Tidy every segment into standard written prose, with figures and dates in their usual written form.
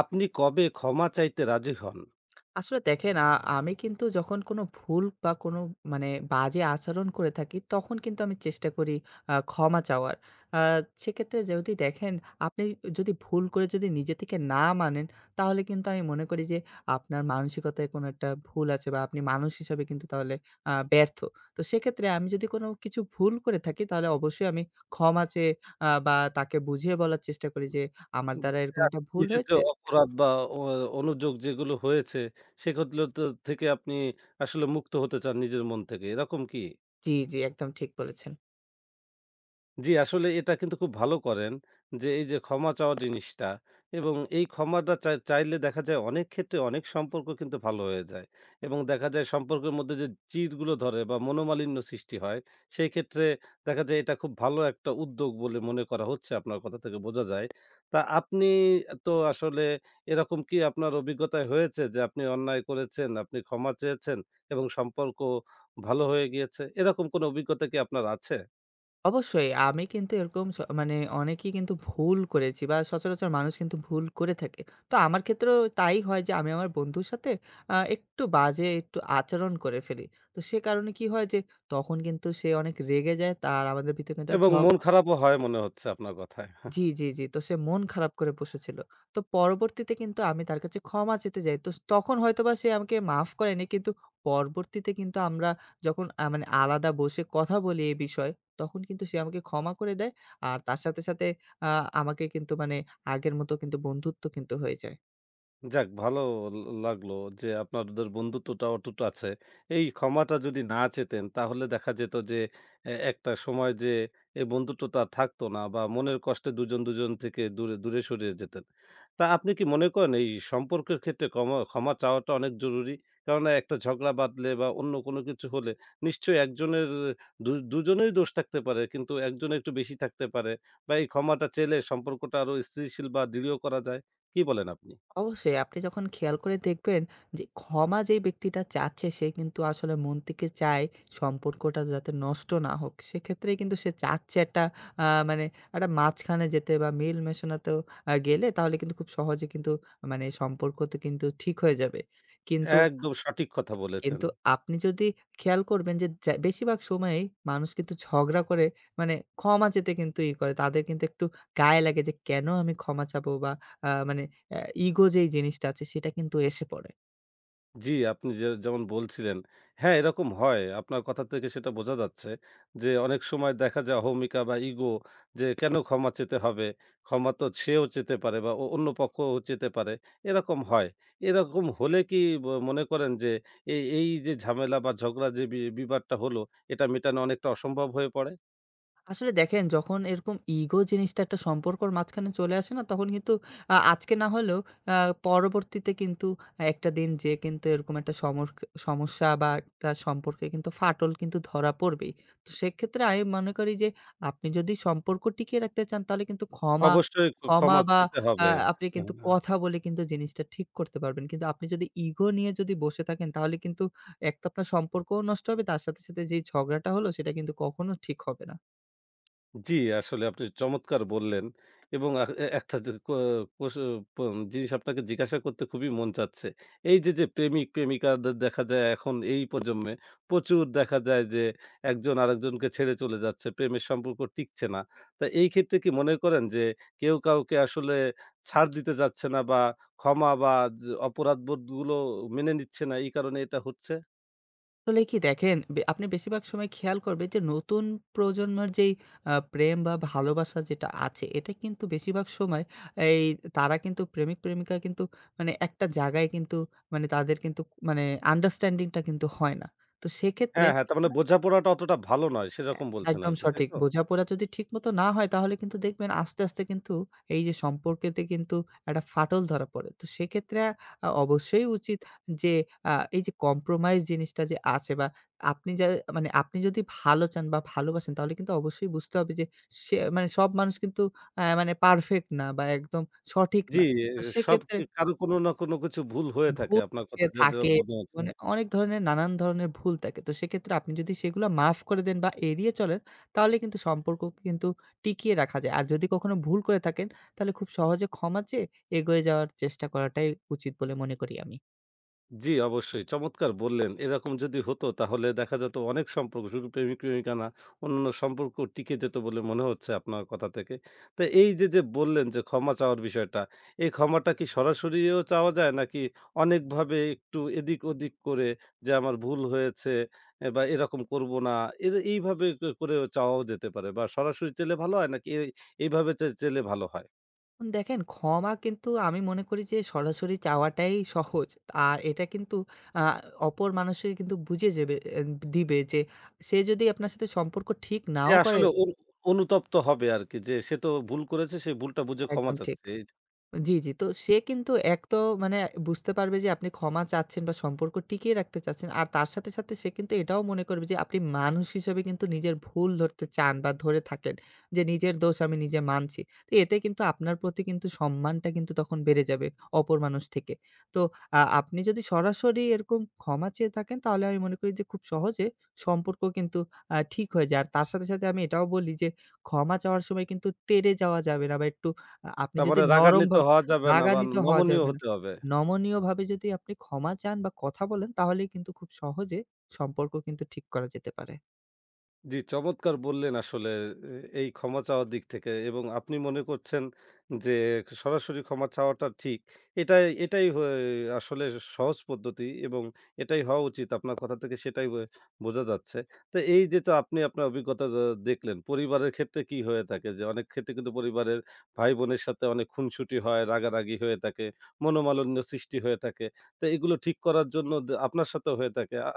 আপনি কবে ক্ষমা চাইতে রাজি হন? আসলে দেখেন আমি কিন্তু যখন কোনো ভুল বা কোনো মানে বাজে আচরণ করে থাকি, তখন কিন্তু আমি চেষ্টা করি ক্ষমা চাওয়ার। আ সেক্ষেত্রে যদি দেখেন আপনি যদি ভুল করে যদি নিজে থেকে না মানেন, তাহলে কিন্তু আমি মনে করি যে আপনার মানসিকতায় কোনো একটা ভুল আছে বা আপনি মানুষ হিসাবে কিন্তু তাহলে ব্যর্থ। তো সেক্ষেত্রে আমি যদি কোনো কিছু ভুল করে থাকি, তাহলে অবশ্যই আমি ক্ষমা চেয়ে বা তাকে বুঝিয়ে বলার চেষ্টা করি যে আমার দ্বারা এরকম একটা ভুল নিজের যে হয়েছে। অপরাধ বা অ অনুযোগ যেগুলো হয়েছে সেগুলো তো থেকে আপনি আসলে মুক্ত হতে চান নিজের মন থেকে, এরকম কি? জি, জি, একদম ঠিক বলেছেন। জি, আসলে এটা কিন্তু খুব ভালো করেন যে, এই যে ক্ষমা চাওয়া জিনিসটা এবং এই ক্ষমাটা চাইলে দেখা যায় অনেক ক্ষেত্রে অনেক সম্পর্ক কিন্তু ভালো হয়ে যায় এবং দেখা যায় সম্পর্কের মধ্যে যে চিরগুলো ধরে বা মনোমালিন্য সৃষ্টি হয়, সেই ক্ষেত্রে দেখা যায় এটা খুব ভালো একটা উদ্যোগ বলে মনে করা হচ্ছে আপনার কথা থেকে বোঝা যায়। তা আপনি তো আসলে এরকম কি আপনার অভিজ্ঞতায় হয়েছে যে আপনি অন্যায় করেছেন, আপনি ক্ষমা চেয়েছেন এবং সম্পর্ক ভালো হয়ে গিয়েছে? এরকম কোনো অভিজ্ঞতা কি আপনার আছে? অবশ্যই আমি কিন্তু এরকম মানে অনেকেই কিন্তু ভুল করেছি বা সচরাচর মানুষ কিন্তু ভুল করে থাকে। তো আমার ক্ষেত্রেও তাই হয় যে আমি আমার বন্ধুর সাথে একটু বাজে একটু আচরণ করে ফেলি। তো সে কারণে কি হয় যে তখন কিন্তু সে অনেক রেগে যায়। তার আমাদের ভিতরে কিন্তু একটা এবং ঝগ মন খারাপও হয় মনে হচ্ছে আপনার কথায়। জি, জি, জি। তো সে মন খারাপ করে বসেছিল। তো পরবর্তীতে কিন্তু আমি তার কাছে ক্ষমা চেতে যাই। তো তখন হয়তোবা সে আমাকে মাফ করেনি। কিন্তু পরবর্তীতে কিন্তু আমরা যখন মানে আলাদা বসে কথা বলি এ বিষয়ে, তখন কিন্তু সে আমাকে ক্ষমা করে দেয়। আর তার সাথে, সাথে আ আমাকে কিন্তু মানে আগের মতো কিন্তু বন্ধুত্ব কিন্তু হয়ে যায়। যাক ভালো লাগলো যে আপনাদের বন্ধুত্বটা অটুট আছে। এই ক্ষমাটা যদি না চেতেন তাহলে দেখা যেত যে একটা সময় যে এই বন্ধুত্বটা আর থাকতো না বা মনের কষ্টে দুজন, দুজন থেকে দূরে, দূরে সরিয়ে যেতেন। তা আপনি কি মনে করেন এই সম্পর্কের ক্ষেত্রে ক্ষমা ক্ষমা চাওয়াটা অনেক জরুরি? কেননা একটা ঝগড়া বাঁধলে বা অন্য কোনো কিছু হলে নিশ্চয়ই একজনের দুজনেই দোষ থাকতে পারে কিন্তু একজনের একটু বেশি থাকতে পারে বা এই ক্ষমাটা চেলে সম্পর্কটা আরো স্থিতিশীল বা দৃঢ় করা যায়। কি বলেন আপনি? অবশ্যই আপনি যখন খেয়াল করে দেখবেন যে ক্ষমা যেই ব্যক্তিটা চাচ্ছে সে কিন্তু আসলে মন থেকে চায় সম্পর্কটা যাতে নষ্ট না হোক, সেক্ষেত্রেই কিন্তু সে চাচ্ছে একটা মানে একটা মাঝখানে যেতে বা মিল মেশানোতেও গেলে তাহলে কিন্তু খুব সহজে কিন্তু মানে সম্পর্ক তো কিন্তু ঠিক হয়ে যাবে কিন্তু। একদম সঠিক কথা বলেছেন। কিন্তু আপনি যদি খেয়াল করবেন যে যা বেশিরভাগ সময়েই মানুষ কিন্তু ঝগড়া করে মানে ক্ষমা চেতে কিন্তু ই করে। তাদের কিন্তু একটু গায়ে লাগে যে কেন আমি ক্ষমা চাবো বা মানে অ্যা ইগো যেই জিনিসটা আছে সেটা কিন্তু এসে পড়ে। জি, আপনি যেমন বলছিলেন, হ্যাঁ, এরকম হয়। আপনার কথা থেকে সেটা বোঝা যাচ্ছে যে অনেক সময় দেখা যায় অহমিকা বা ইগো যে কেন ক্ষমা চেতে হবে? ক্ষমা তো সেও চেতে পারে বা অন্য পক্ষও চেতে পারে। এরকম হয়। এরকম হলে কি মনে করেন যে এই এই যে ঝামেলা বা ঝগড়া যে বিবাদটা হলো এটা মেটানো অনেকটা অসম্ভব হয়ে পড়ে? আসলে দেখেন যখন এরকম ইগো জিনিসটা একটা সম্পর্কর মাঝখানে চলে আসে না তখন কিন্তু আজকে না হলেও আ পরবর্তীতে কিন্তু একটা দিন যেয়ে কিন্তু এরকম একটা সমস্যা বা একটা সম্পর্কে কিন্তু ফাটল কিন্তু ধরা পড়বেই। তো সেক্ষেত্রে আমি মনে করি যে আপনি যদি সম্পর্ক টিকিয়ে রাখতে চান তাহলে কিন্তু ক্ষমা, অবশ্যই ক্ষমা ক্ষমা বা চেতে আ হবে। আপনি কিন্তু কথা বলে কিন্তু জিনিসটা ঠিক করতে পারবেন। কিন্তু আপনি যদি ইগো নিয়ে যদি বসে থাকেন তাহলে কিন্তু এক তো আপনার সম্পর্কও নষ্ট হবে, তার সাথে, সাথে যেই ঝগড়াটা হলো সেটা কিন্তু কখনো ঠিক হবে না। জি, আসলে আপনি চমৎকার বললেন এবং আ এ একটা যে ক কোস পম জিনিস আপনাকে জিজ্ঞাসা করতে খুবই মন চাচ্ছে। এই যে প্রেমিক-প্রেমিকাদের দেখা যায় এখন এই প্রজন্মে প্রচুর দেখা যায় যে, একজন আরেকজনকে ছেড়ে চলে যাচ্ছে। প্রেমের সম্পর্ক টিকছে না। তা এই ক্ষেত্রে কি মনে করেন যে, কেউ কাউকে আসলে ছাড় দিতে চাচ্ছে না বা ক্ষমা বা অপরাধবোধগুলো মেনে নিচ্ছে না, এই কারণে এটা হচ্ছে? আসলে কি দেখেন, আপনি বেশিরভাগ সময় খেয়াল করবেন যে নতুন প্রজন্মের যেই প্রেম বা ভালোবাসা যেটা আছে, এটা কিন্তু বেশিরভাগ সময় এই তারা কিন্তু প্রেমিক-প্রেমিকা কিন্তু মানে একটা জায়গায় কিন্তু মানে তাদের কিন্তু মানে আন্ডারস্ট্যান্ডিংটা কিন্তু হয় না। তো সেক্ষেত্রে। হ্যাঁ, হ্যাঁ, তার মানে বোঝাপড়াটা অতটা ভালো নয় হ্যাঁ, সেরকম বলছেন একদম আরকি, তাই সঠিক। তো? বোঝাপড়া যদি ঠিকমতো না হয় তাহলে কিন্তু দেখবেন আস্তে, আস্তে কিন্তু এই যে সম্পর্কেতে কিন্তু একটা ফাটল ধরা পড়ে। তো সেক্ষেত্রে অবশ্যই উচিত যে এই যে কম্প্রোমাইজ জিনিসটা যে আছে বা আপনি যা মানে আপনি যদি ভালো চান বা ভালোবাসেন তাহলে কিন্তু অবশ্যই বুঝতে হবে যে সে মানে সব মানুষ কিন্তু মানে পারফেক্ট না বা একদম সঠিক জি, না। এ তো সব সেক্ষেত্রে কি কারো কোনো না কোনো কিছু ভুল হয়ে থাকে ভুল আপনার কথা যে যা, যা থাকে মনে হচ্ছে। মানে অনেক ধরনের নানান ধরনের ভুল থাকে। তো সেক্ষেত্রে আপনি যদি সেগুলো মাফ করে দেন বা এড়িয়ে চলেন, তাহলে কিন্তু সম্পর্ক কিন্তু টিকিয়ে রাখা যায়। আর যদি কখনো ভুল করে থাকেন, তাহলে খুব সহজে ক্ষমা চেয়ে এগিয়ে যাওয়ার চেষ্টা করাটাই উচিত বলে মনে করি আমি। জি, অবশ্যই চমৎকার বললেন। এরকম যদি হতো তাহলে দেখা যেত অনেক সম্পর্ক শুধু প্রেমিক-প্রেমিকা না, অন্যান্য সম্পর্ক টিকে যেত বলে মনে হচ্ছে আপনার কথা থেকে। তো এই যে বললেন যে ক্ষমা চাওয়ার বিষয়টা, এই ক্ষমাটা কি সরাসরিও চাওয়া যায় নাকি অনেকভাবে একটু এদিক-ওদিক করে যে আমার ভুল হয়েছে বা এরকম করব না এইভাবে করেও চাওয়াও যেতে পারে বা সরাসরি চাইলে ভালো হয় নাকি এইভাবে চাইলে ভালো হয়? এখন দেখেন ক্ষমা কিন্তু আমি মনে করি যে সরাসরি চাওয়াটাই সহজ। আর এটা কিন্তু আ অপর মানুষের কিন্তু বুঝে যাবে এ দিবে যে সে যদি আপনার সাথে সম্পর্ক ঠিক সে নাও করে, আসলে অনুতপ্ত হবে আরকি যে সে তো ভুল করেছে, সে ভুলটা বুঝে ক্ষমা একদম ঠিক। চাচ্ছে। এই জি, জি। তো সে কিন্তু এক তো মানে বুঝতে পারবে যে আপনি ক্ষমা চাচ্ছেন বা সম্পর্ক টিকিয়ে রাখতে চাচ্ছেন। আর তার সাথে, সাথে সে কিন্তু এটাও মনে করবে যে আপনি মানুষ হিসেবে কিন্তু নিজের ভুল ধরতে চান বা ধরে থাকেন। যে নিজের দোষ আমি নিজে মানছি। তো এতে কিন্তু আপনার প্রতি কিন্তু সম্মানটা কিন্তু তখন বেড়ে যাবে অপর মানুষ থেকে। তো আপনি যদি সরাসরি এরকম ক্ষমা চেয়ে থাকেন তাহলে আমি মনে করি যে খুব সহজে সম্পর্ক কিন্তু ঠিক হয়ে যায়। আর তার সাথে, সাথে আমি এটাও বলি যে ক্ষমা চাওয়ার সময় কিন্তু তেড়ে যাওয়া যাবে না বা একটু আপনি তার যদি মানে নরম রাগান্বিত হওয়া যাবে না বা রাগান্বিত হওয়া নমনীয় যাবে না। হতে হবে। নমনীয়ভাবে যদি আপনি ক্ষমা চান বা কথা বলেন তাহলেই কিন্তু খুব সহজে সম্পর্ক কিন্তু ঠিক করা যেতে পারে। জি, চমৎকার বললেন আসলে এ এই ক্ষমা চাওয়ার দিক থেকে এবং আপনি মনে করছেন যে সরাসরি ক্ষমা চাওয়াটা ঠিক। এটাই এটাই হয়ে আসলে সহজ পদ্ধতি এবং এটাই হওয়া উচিত। আপনার কথা থেকে সেটাই বোঝা যাচ্ছে। তো এই যে তো আপনি আপনার অভিজ্ঞতা দেখলেন, পরিবারের ক্ষেত্রে কি হয়ে থাকে? যে অনেক ক্ষেত্রে কিন্তু পরিবারের ভাই-বোনের সাথে অনেক খুনসুটি হয়, রাগারাগি হয়ে থাকে, মনোমালিন্য সৃষ্টি হয়ে থাকে। তো এগুলো ঠিক করার জন্য আপনার সাথেও হয়ে থাকে।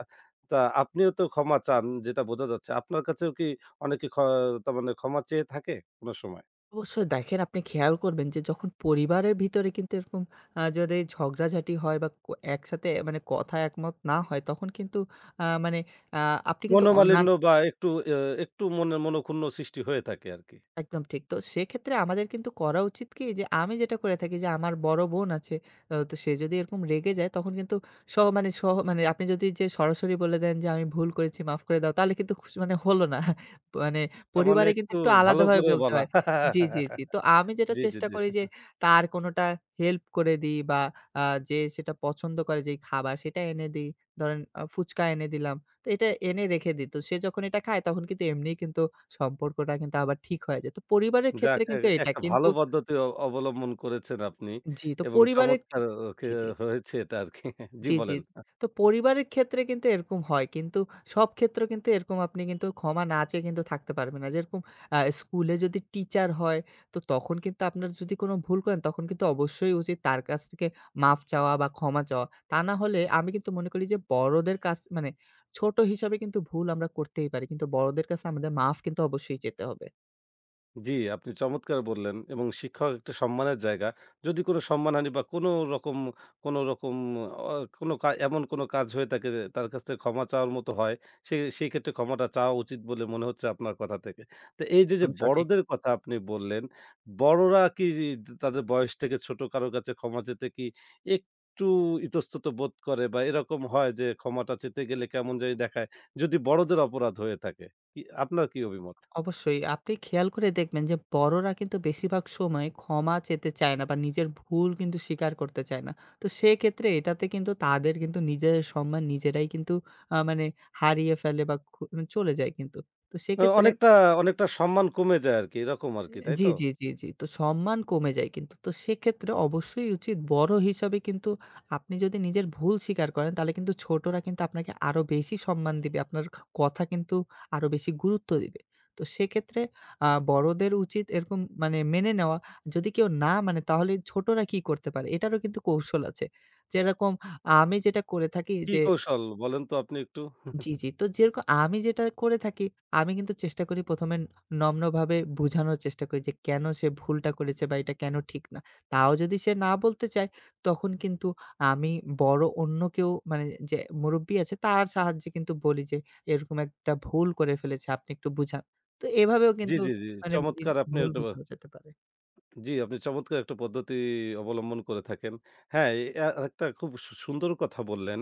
তা আপনিও তো ক্ষমা চান যেটা বোঝা যাচ্ছে। আপনার কাছেও কি অনেকে তার মানে ক্ষমা চেয়ে থাকে কোনো সময়? অবশ্যই দেখেন আপনি খেয়াল করবেন যে যখন পরিবারের ভিতরে কিন্তু এরকম যদি ঝগড়াঝাটি হয় বা একসাথে মানে কথা একমত না হয় তখন কিন্তু মানে আ আপনি কিন্তু অ না মনোমালিন্য বা একটু একটু মনোক্ষুণ্ণ সৃষ্টি হয়ে থাকে আরকি। একদম ঠিক। তো সেক্ষেত্রে আমাদের কিন্তু করা উচিত কি? যে আমি যেটা করে থাকি যে আমার বড় বোন আছে। তো সে যদি এরকম রেগে যায় তখন কিন্তু সহ মানে সহ মানে আপনি যদি যে সরাসরি বলে দেন যে আমি ভুল করেছি মাফ করে দাও তাহলে কিন্তু মানে হলো না। মানে তার মানে পরিবারে কিন্তু একটু একটু ভালো আলাদাভাবে করে বলতে বলা। হয়। জি, জি, জি। তো আমি যেটা জি, জি, চেষ্টা জি। করি যে তার কোনোটা হেল্প করে দিই বা আ যে সেটা পছন্দ করে যেই খাবার সেটা এনে দিই। ধরেন ফুচকা এনে দিলাম। তো এটা এনে রেখে দিত। সে যখন এটা খায় তখন কিন্তু এমনিই কিন্তু সম্পর্কটা কিন্তু আবার ঠিক হয়ে যায়। তো পরিবারের যাক ক্ষেত্রে কিন্তু এটা। একটা ভালো কিন্তু পদ্ধতি অবলম্বন করেছেন আপনি জি, তো এবং পরিবারের। চমৎকার কে জি, জি। হয়েছে এটা আরকি। জি জি, জি। বলেন। তো পরিবারের ক্ষেত্রে কিন্তু এরকম হয়। কিন্তু সব ক্ষেত্রেও কিন্তু এরকম আপনি কিন্তু ক্ষমা না চেয়ে কিন্তু থাকতে পারবেন না। যেরকম স্কুলে যদি টিচার হয়, তো তখন কিন্তু আপনার যদি কোনো ভুল করেন, তখন কিন্তু অবশ্যই উচিত তার কাছ থেকে মাফ চাওয়া বা ক্ষমা চাওয়া। তা না হলে আমি কিন্তু মনে করি যে বড়দের কাছ মানে ছোট হিসাবে কিন্তু ভুল আমরা করতেই পারি। কিন্তু বড়দের কাছে আমাদের মাফ কিন্তু অবশ্যই চেতে হবে। জি, আপনি চমৎকার বললেন এবং শিক্ষক একটা সম্মানের জায়গা। যদি কোনো সম্মানহানি বা কোনো রকম অ কোনো এমন কোনো কাজ হয়ে থাকে যে তার কাছ থেকে ক্ষমা চাওয়ার মতো হয়, সেই ক্ষেত্রে ক্ষমাটা চাওয়া উচিত বলে মনে হচ্ছে আপনার কথা থেকে। তো এই যে একদম সঠিক। বড়দের কথা আপনি বললেন, বড়রা কি তাদের বয়স থেকে ছোট কারো কাছে ক্ষমা চেতে কি একটু ইতস্তত বোধ করে বা এরকম হয় যে ক্ষমাটা চেতে গেলে কেমন জানি দেখায়? যদি বড়দের অপরাধ হয়ে থাকে, কি আপনার কি অভিমত? অবশ্যই। আপনি খেয়াল করে দেখবেন যে বড়রা কিন্তু বেশিরভাগ সময় ক্ষমা চেতে চায় না বা নিজের ভুল কিন্তু স্বীকার করতে চায় না। তো সেক্ষেত্রে এটাতে কিন্তু তাদের কিন্তু নিজেদের সম্মান নিজেরাই কিন্তু মানে হারিয়ে ফেলে বা মানে চলে যায় কিন্তু। তো সেক্ষেত্রে। অনেকটা, অনেকটা সম্মান কমে যায় আরকি, এরকম আরকি, তাই জি, তো? জি, জি, জি। তো সম্মান কমে যায় কিন্তু। তো সেক্ষেত্রে অবশ্যই উচিত বড় হিসাবে কিন্তু আপনি যদি নিজের ভুল স্বীকার করেন তাহলে কিন্তু ছোটরা কিন্তু আপনাকে আরো বেশি সম্মান দিবে। আপনার কথা কিন্তু আরো বেশি গুরুত্ব দিবে। তো সেক্ষেত্রে বড়দের উচিত এরকম মানে মেনে নেওয়া। যদি কেউ না মানে তাহলে ছোটরা কি করতে পারে? এটারও কিন্তু কৌশল আছে। যেরকম আমি যেটা করে থাকি কি যে কৌশল বলেন তো আপনি একটু? জি, জি। তো যেরকম আমি যেটা করে থাকি, আমি কিন্তু চেষ্টা করি ১ম এ নম্রভাবে বুঝানোর চেষ্টা করি যে কেন সে ভুলটা করেছে বা এটা কেন ঠিক না। তাও যদি সে না বলতে চায়, তখন কিন্তু আমি বড় অন্য কেউ মানে যে মুরুব্বি আছে তার সাহায্যে কিন্তু বলি যে, "এরকম একটা ভুল করে ফেলেছে, আপনি একটু বুঝান।" তো এভাবেও জি, কিন্তু জি, জি। মানে চমৎকার আপনি ভুল একটা বুঝানো যেতে পারে। জি, আপনি চমৎকার একটা পদ্ধতি অবলম্বন করে থাকেন। হ্যাঁ, এ আ একটা খুব সুন্দর কথা বললেন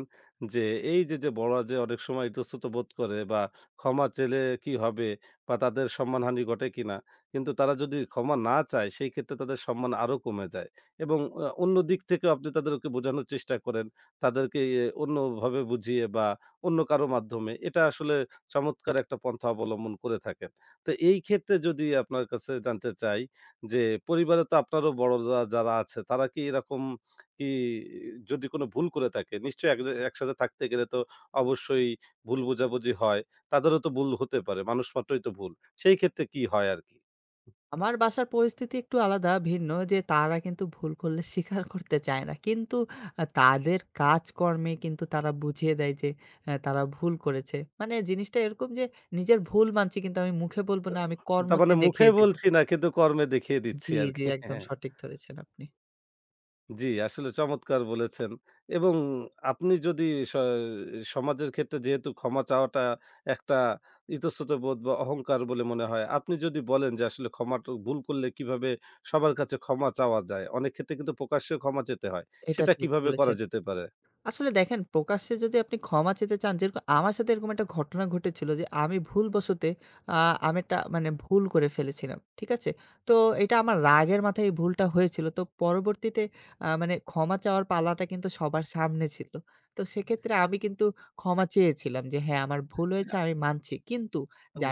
যে, এই যে, যে, বড়রা যে, অনেক সময় ইতস্তত বোধ করে বা ক্ষমা চেলে কি হবে বা তাদের সম্মানহানি ঘটে কিনা। কিন্তু তারা যদি ক্ষমা না চায় সেই ক্ষেত্রে তাদের সম্মান আরো কমে যায় এবং অন্য দিক থেকেও আপনি তাদেরকে বোঝানোর চেষ্টা করেন। তাদেরকে অন্যভাবে বুঝিয়ে বা অন্য কারো মাধ্যমে এটা আসলে চমৎকার একটা পন্থা অবলম্বন করে থাকেন। তো এই ক্ষেত্রে যদি আপনার কাছে জানতে চাই যে পরিবারে তো আপনারও বড়রা যারা আছে তারা কি এরকম কি যদি কোনো ভুল করে থাকে নিশ্চয়ই এক জা একসাথে থাকতে গেলে তো অবশ্যই ভুল বোঝাবুঝি হয়। তাদেরও তো ভুল হতে পারে। মানুষ মাত্রই তো ভুল। সেই ক্ষেত্রে কি হয় আরকি? আমার বাসার পরিস্থিতি একটু আলাদা ভিন্ন যে তারা কিন্তু ভুল করলে স্বীকার করতে চায় না। কিন্তু তাদের কাজকর্মে কিন্তু তারা বুঝিয়ে দেয় যে তারা ভুল করেছে। মানে জিনিসটা এরকম যে নিজের ভুল মানছি কিন্তু আমি মুখে বলব না আমি তার কর্মতে মানে মুখে দেখিয়ে দেব। বলছি না কিন্তু কর্মে দেখিয়ে দিচ্ছি জি, জি আরকি। একদম সঠিক ধরেছেন আপনি। জি, আসলে চমৎকার বলেছেন। এবং আপনি যদি স সমাজের ক্ষেত্রে যেহেতু ক্ষমা চাওয়াটা একটা ইতস্ততবোধ বা অহংকার বলে মনে হয়। আপনি যদি বলেন যে আসলে ক্ষমাটা ভুল করলে কিভাবে সবার কাছে ক্ষমা চাওয়া যায়? অনেক ক্ষেত্রে কিন্তু প্রকাশ্যেও ক্ষমা চেতে হয়। এটা সেটা ঠিক কিভাবে করা বলেছেন। যেতে পারে? আসলে দেখেন প্রকাশ্যে যদি আপনি ক্ষমা চেতে চান যেরকম আমার সাথে এরকম একটা ঘটনা ঘটেছিল যে আমি ভুলবশতে আ আমি একটা মানে ভুল করে ফেলেছিলাম। ঠিক আছে? তো এটা আমার রাগের মাথায় এই ভুলটা হয়েছিল। তো পরবর্তীতে মানে ক্ষমা চাওয়ার পালাটা কিন্তু সবার সামনে ছিল। তো সেক্ষেত্রে আমি কিন্তু ক্ষমা চেয়েছিলাম যে হ্যাঁ, আমার ভুল হয়েছে আমি মানছি। কিন্তু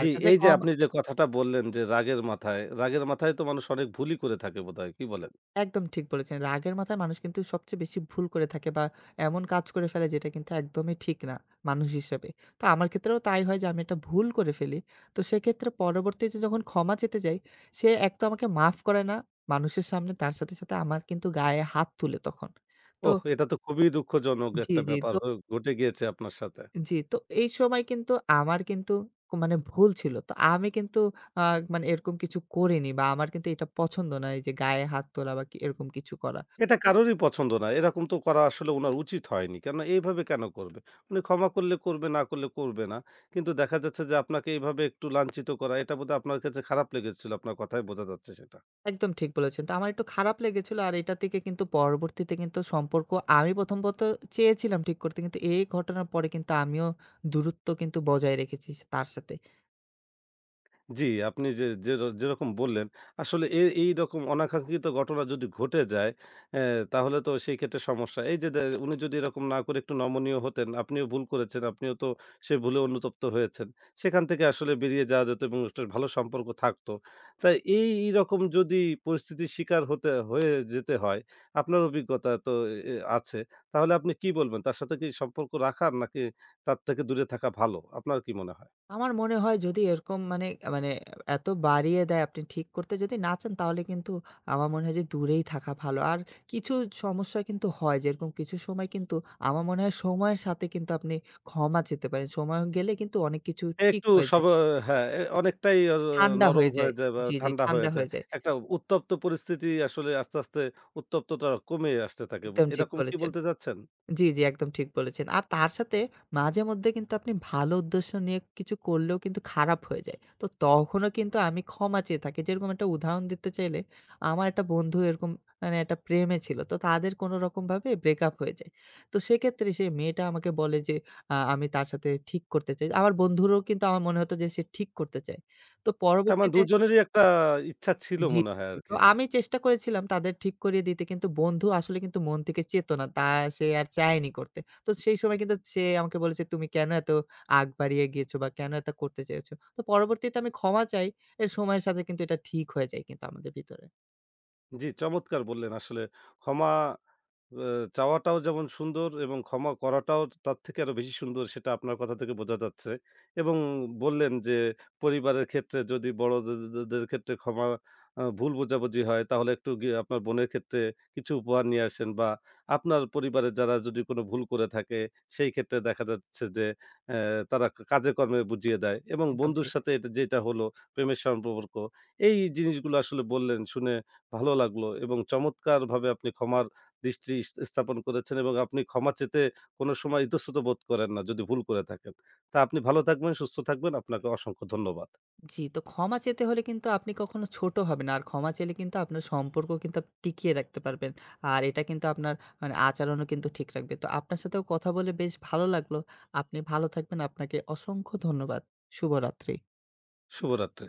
জি, কাছে এই যে ক্ষমা। আপনি যে কথাটা বললেন যে রাগের মাথায়, রাগের মাথায় তো মানুষ অনেক ভুলই করে থাকে বোধহয়। কি বলেন? একদম ঠিক বলেছেন। রাগের মাথায় মানুষ কিন্তু সবচেয়ে বেশি ভুল করে থাকে বা এমন কাজ করে ফেলে যেটা কিন্তু একদমই ঠিক না মানুষ হিসেবে। তো আমার ক্ষেত্রেও তাই হয় যে আমি একটা ভুল করে ফেলি। তো সেক্ষেত্রে পরবর্তীতে যখন ক্ষমা চেতে যাই, সে এক তো আমাকে মাফ করে না মানুষের সামনে, তার সাথে, সাথে আমার কিন্তু গায়ে হাত তুলে তখন। তো ওহ! এটা তো খুবই দুঃখজনক জি, একটা জি। ব্যাপার তো হয়ে ঘটে গিয়েছে আপনার সাথে। জি, তো এই সময় কিন্তু আমার কিন্তু মানে ভুল ছিল। তো আমি কিন্তু আ মানে এরকম কিছু করিনি বা আমার কিন্তু এটা পছন্দ নয় যে গায়ে হাত তোলা বা কি এরকম কিছু করা। এটা কারোরই পছন্দ না। এরকম তো করা আসলে উনার উচিত হয়নি। কেননা এইভাবে কেন করবে? উনি ক্ষমা করলে করবে, না করলে করবে না। কিন্তু দেখা যাচ্ছে যে আপনাকে এইভাবে একটু লাঞ্ছিত করা এটা বোধহয় আপনার কাছে খারাপ লেগেছিল। আপনার কথায় বোঝা যাচ্ছে সেটা। একদম ঠিক বলেছেন। তো আমার একটু খারাপ লেগেছিল। আর এটা থেকে কিন্তু পরবর্তীতে কিন্তু সম্পর্ক আমি প্রথমত চেয়েছিলাম ঠিক করতে। কিন্তু এই ঘটনার পরে কিন্তু আমিও দূরত্ব কিন্তু বজায় রেখেছি তার সাথে। জি, আপনি যে যে যেরকম বললেন, আসলে এইরকম অনাকাঙ্ক্ষিত ঘটনা যদি ঘটে যায়, অ্যা তাহলে তো সেই ক্ষেত্রে সমস্যা। এই যে উনি যদি এরকম না করে একটু নমনীয় হতেন, আপনিও ভুল করেছেন, আপনিও তো সেই ভুলে অনুতপ্ত হয়েছেন। সেখান থেকে আসলে বেরিয়ে যাওয়া যেত এবং একটা ভালো সম্পর্ক থাকত। তাই এইরকম যদি পরিস্থিতির শিকার হতে হয়ে যেতে হয়, আপনার অভিজ্ঞতা তো আছে। তাহলে আপনি কি বলবেন? তার সাথে কি সম্পর্ক রাখা নাকি তার থেকে দূরে থাকা ভালো? আপনার কি মনে হয়? আমার মনে হয় যদি এরকম মানে, এত বাড়িয়ে দেয় আপনি ঠিক করতে যদি না চান তাহলে কিন্তু আমার মনে হয় যে দূরেই থাকা ভালো। আর কিছু সমস্যা কিন্তু হয় যেরকম কিছু সময় কিন্তু আমার মনে হয় সময়ের সাথে কিন্তু আপনি ক্ষমা চেতে পারেন। সময় গেলে কিন্তু অনেক কিছু ঠিক একটু হয়ে সব যায়। হ্যাঁ, অনেকটাই ঠান্ডা নরম হয়ে হয়ে যায়। যায় বা জি, জি ঠান্ডা হয়ে ঠান্ডা যায়। হয়ে যায়। একটা উত্তপ্ত পরিস্থিতি আসলে আস্তে, আস্তে উত্তপ্তটা কমে আসতে থাকে। একদম ঠিক এরকম কি বলেছেন। বলতে চাচ্ছেন? জি, জি, একদম ঠিক বলেছেন। আর তার সাথে মাঝেমধ্যে কিন্তু আপনি ভালো উদ্দেশ্য নিয়ে কিছু করলেও কিন্তু খারাপ হয়ে যায়। তো তখনও কিন্তু আমি ক্ষমা চেয়ে থাকি। যেরকম একটা উদাহরণ দিতে চাইলে, আমার একটা বন্ধু এরকম মানে একটা প্রেমে ছিল। তো তাদের কোনো রকমভাবে ব্রেকআপ হয়ে যায়। তো সেক্ষেত্রে সেই মেয়েটা আমাকে বলে যে, আমি তার সাথে ঠিক করতে চাই। আমার বন্ধুরও কিন্তু আমার মনে হতো যে সে ঠিক করতে চায়। তো তার মানে পরবর্তীতে। দুজনেরই একটা ইচ্ছা ছিল জি, মনে হয় জি। আরকি। তো আমি চেষ্টা করেছিলাম তাদের ঠিক করিয়ে দিতে। কিন্তু বন্ধু আসলে কিন্তু মন থেকে চেত না। তা সে আর চায়নি করতে। তো সেই সময় কিন্তু সে আমাকে বলেছে, "তুমি কেন এত আগ বাড়িয়ে গিয়েছো বা কেন এত করতে চেয়েছো?" তো পরবর্তীতে আমি ক্ষমা চাই। এর সময়ের সাথে কিন্তু এটা ঠিক হয়ে যায় কিন্তু আমাদের ভিতরে। জি, চমৎকার বললেন। আসলে ক্ষমা অ্যা চাওয়াটাও যেমন সুন্দর এবং ক্ষমা করাটাও তার থেকে আরো বেশি সুন্দর সেটা আপনার কথা থেকে বোঝা যাচ্ছে। এবং বললেন যে পরিবারের ক্ষেত্রে যদি বড়দে দে দের ক্ষেত্রে ক্ষমা ভুল বোঝাবুঝি হয় তাহলে একটু গিয়ে আপনার বোনের ক্ষেত্রে কিছু উপহার নিয়ে আসেন বা আপনার পরিবারে যারা যদি কোন ভুল করে থাকে সেই ক্ষেত্রে দেখা যাচ্ছে যে অ্যা তারা কাজে কর্মে বুঝিয়ে দেয় এবং একদম বন্ধুর ঠিক। সাথে এটা যেটা হলো প্রেমের সম্পর্ক। এই জিনিসগুলো আসলে বললেন শুনে ভালো লাগলো এবং চমৎকারভাবে আপনি ক্ষমার দৃষ্টি স্থাপন করেছেন এবং আপনি ক্ষমা চেতে কোনো সময় ইতস্তত বোধ করেন না যদি ভুল করে থাকেন। তা আপনি ভালো থাকবেন, সুস্থ থাকবেন। আপনাকে অসংখ্য ধন্যবাদ। জি, তো ক্ষমা চেতে হলে কিন্তু আপনি কখনো ছোট হবেন না। আর ক্ষমা চাইলে কিন্তু আপনার সম্পর্ক কিন্তু আপনি টিকিয়ে রাখতে পারবেন। আর এটা কিন্তু আপনার মানে আচরণও কিন্তু ঠিক রাখবে। তো আপনার সাথেও কথা বলে বেশ ভালো লাগলো। আপনি ভালো থাকবেন। আপনাকে অসংখ্য ধন্যবাদ। শুভরাত্রি। শুভরাত্রি।